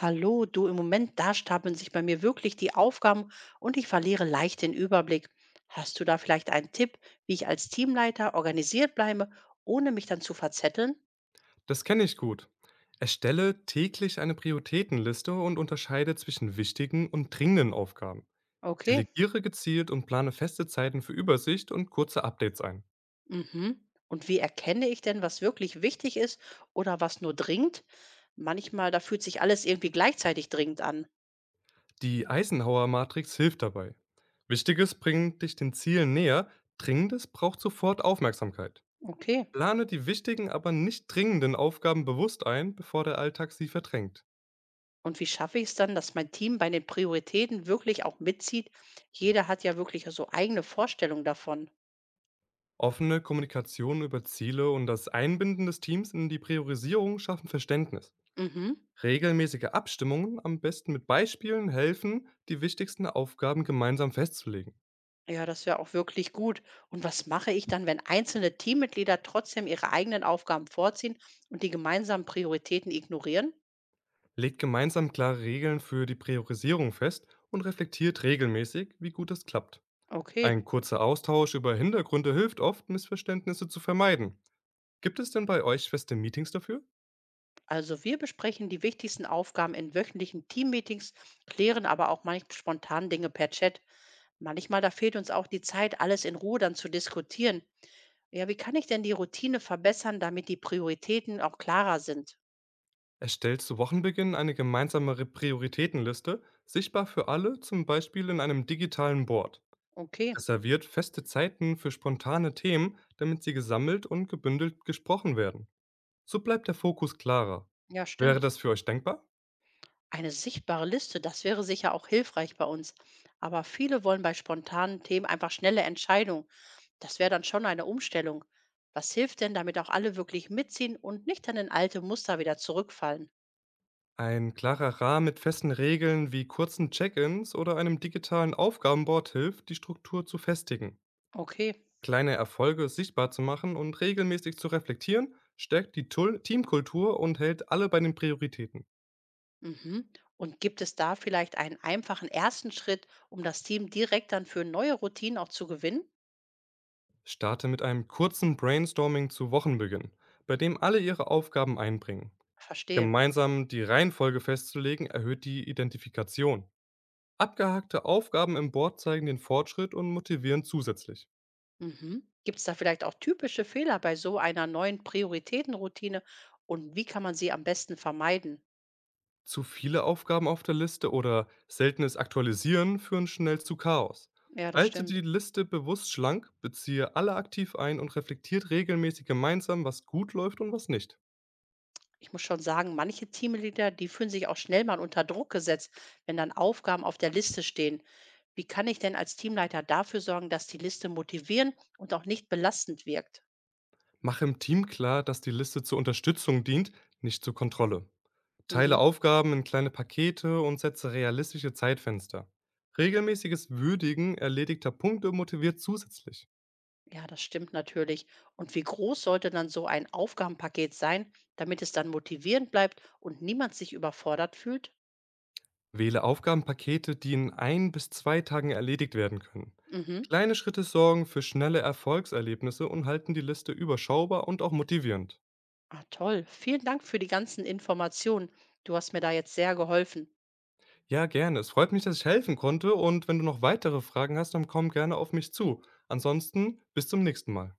Hallo, du, im Moment, da stapeln sich bei mir wirklich die Aufgaben und ich verliere leicht den Überblick. Hast du da vielleicht einen Tipp, wie ich als Teamleiter organisiert bleibe, ohne mich dann zu verzetteln? Das kenne ich gut. Erstelle täglich eine Prioritätenliste und unterscheide zwischen wichtigen und dringenden Aufgaben. Okay. Delegiere gezielt und plane feste Zeiten für Übersicht und kurze Updates ein. Mhm. Und wie erkenne ich denn, was wirklich wichtig ist oder was nur dringt? Manchmal, da fühlt sich alles irgendwie gleichzeitig dringend an. Die Eisenhower-Matrix hilft dabei. Wichtiges bringt dich den Zielen näher, Dringendes braucht sofort Aufmerksamkeit. Okay. Plane die wichtigen, aber nicht dringenden Aufgaben bewusst ein, bevor der Alltag sie verdrängt. Und wie schaffe ich es dann, dass mein Team bei den Prioritäten wirklich auch mitzieht? Jeder hat ja wirklich so eigene Vorstellungen davon. Offene Kommunikation über Ziele und das Einbinden des Teams in die Priorisierung schaffen Verständnis. Mhm. Regelmäßige Abstimmungen, am besten mit Beispielen, helfen, die wichtigsten Aufgaben gemeinsam festzulegen. Ja, das wäre auch wirklich gut. Und was mache ich dann, wenn einzelne Teammitglieder trotzdem ihre eigenen Aufgaben vorziehen und die gemeinsamen Prioritäten ignorieren? Legt gemeinsam klare Regeln für die Priorisierung fest und reflektiert regelmäßig, wie gut es klappt. Okay, Ein kurzer Austausch über Hintergründe hilft oft, Missverständnisse zu vermeiden. Gibt es denn bei euch feste Meetings dafür? also wir besprechen die wichtigsten Aufgaben in wöchentlichen Teammeetings, klären aber auch manchmal spontan Dinge per Chat. Manchmal, da fehlt uns auch die Zeit, alles in Ruhe dann zu diskutieren. Ja, wie kann ich denn die Routine verbessern, damit die Prioritäten auch klarer sind? Erstellt zu Wochenbeginn eine gemeinsame Prioritätenliste, sichtbar für alle, zum Beispiel in einem digitalen Board. Okay, Reserviert feste Zeiten für spontane Themen, damit sie gesammelt und gebündelt gesprochen werden. So bleibt der Fokus klarer. ja, Wäre stimmt. das für euch denkbar? Eine sichtbare Liste, das wäre sicher auch hilfreich bei uns. Aber viele wollen bei spontanen Themen einfach schnelle Entscheidungen. Das wäre dann schon eine Umstellung. Was hilft denn, damit auch alle wirklich mitziehen und nicht an in alte Muster wieder zurückfallen? Ein klarer Rahmen mit festen Regeln wie kurzen Check-ins oder einem digitalen Aufgabenboard hilft, die Struktur zu festigen. Okay. Kleine Erfolge sichtbar zu machen und regelmäßig zu reflektieren, stärkt die Teamkultur und hält alle bei den Prioritäten. Mhm. Und gibt es da vielleicht einen einfachen ersten Schritt, um das Team direkt dann für neue Routinen auch zu gewinnen? Starte mit einem kurzen Brainstorming zu Wochenbeginn, bei dem alle ihre Aufgaben einbringen. Verstehe. Gemeinsam die Reihenfolge festzulegen erhöht die Identifikation. Abgehakte Aufgaben im Board zeigen den Fortschritt und motivieren zusätzlich. Mhm. Gibt es da vielleicht auch typische Fehler bei so einer neuen Prioritätenroutine und wie kann man sie am besten vermeiden? Zu viele Aufgaben auf der Liste oder seltenes Aktualisieren führen schnell zu Chaos. Ja, das Halte die stimmt. Liste bewusst schlank, beziehe alle aktiv ein und reflektiert regelmäßig gemeinsam, was gut läuft und was nicht. Ich muss schon sagen, manche Teamleader, die fühlen sich auch schnell mal unter Druck gesetzt, wenn dann Aufgaben auf der Liste stehen. Wie kann ich denn als Teamleiter dafür sorgen, dass die Liste motivierend und auch nicht belastend wirkt? Mache im Team klar, dass die Liste zur Unterstützung dient, nicht zur Kontrolle. Teile Mhm. Aufgaben in kleine Pakete und setze realistische Zeitfenster. Regelmäßiges Würdigen erledigter Punkte motiviert zusätzlich. Ja, das stimmt natürlich. Und wie groß sollte dann so ein Aufgabenpaket sein, damit es dann motivierend bleibt und niemand sich überfordert fühlt? Wähle Aufgabenpakete, die in ein bis zwei Tagen erledigt werden können. Mhm. Kleine Schritte sorgen für schnelle Erfolgserlebnisse und halten die Liste überschaubar und auch motivierend. Ah, toll. Vielen Dank für die ganzen Informationen. Du hast mir da jetzt sehr geholfen. Ja, gerne. Es freut mich, dass ich helfen konnte, und wenn du noch weitere Fragen hast, dann komm gerne auf mich zu. Ansonsten bis zum nächsten Mal.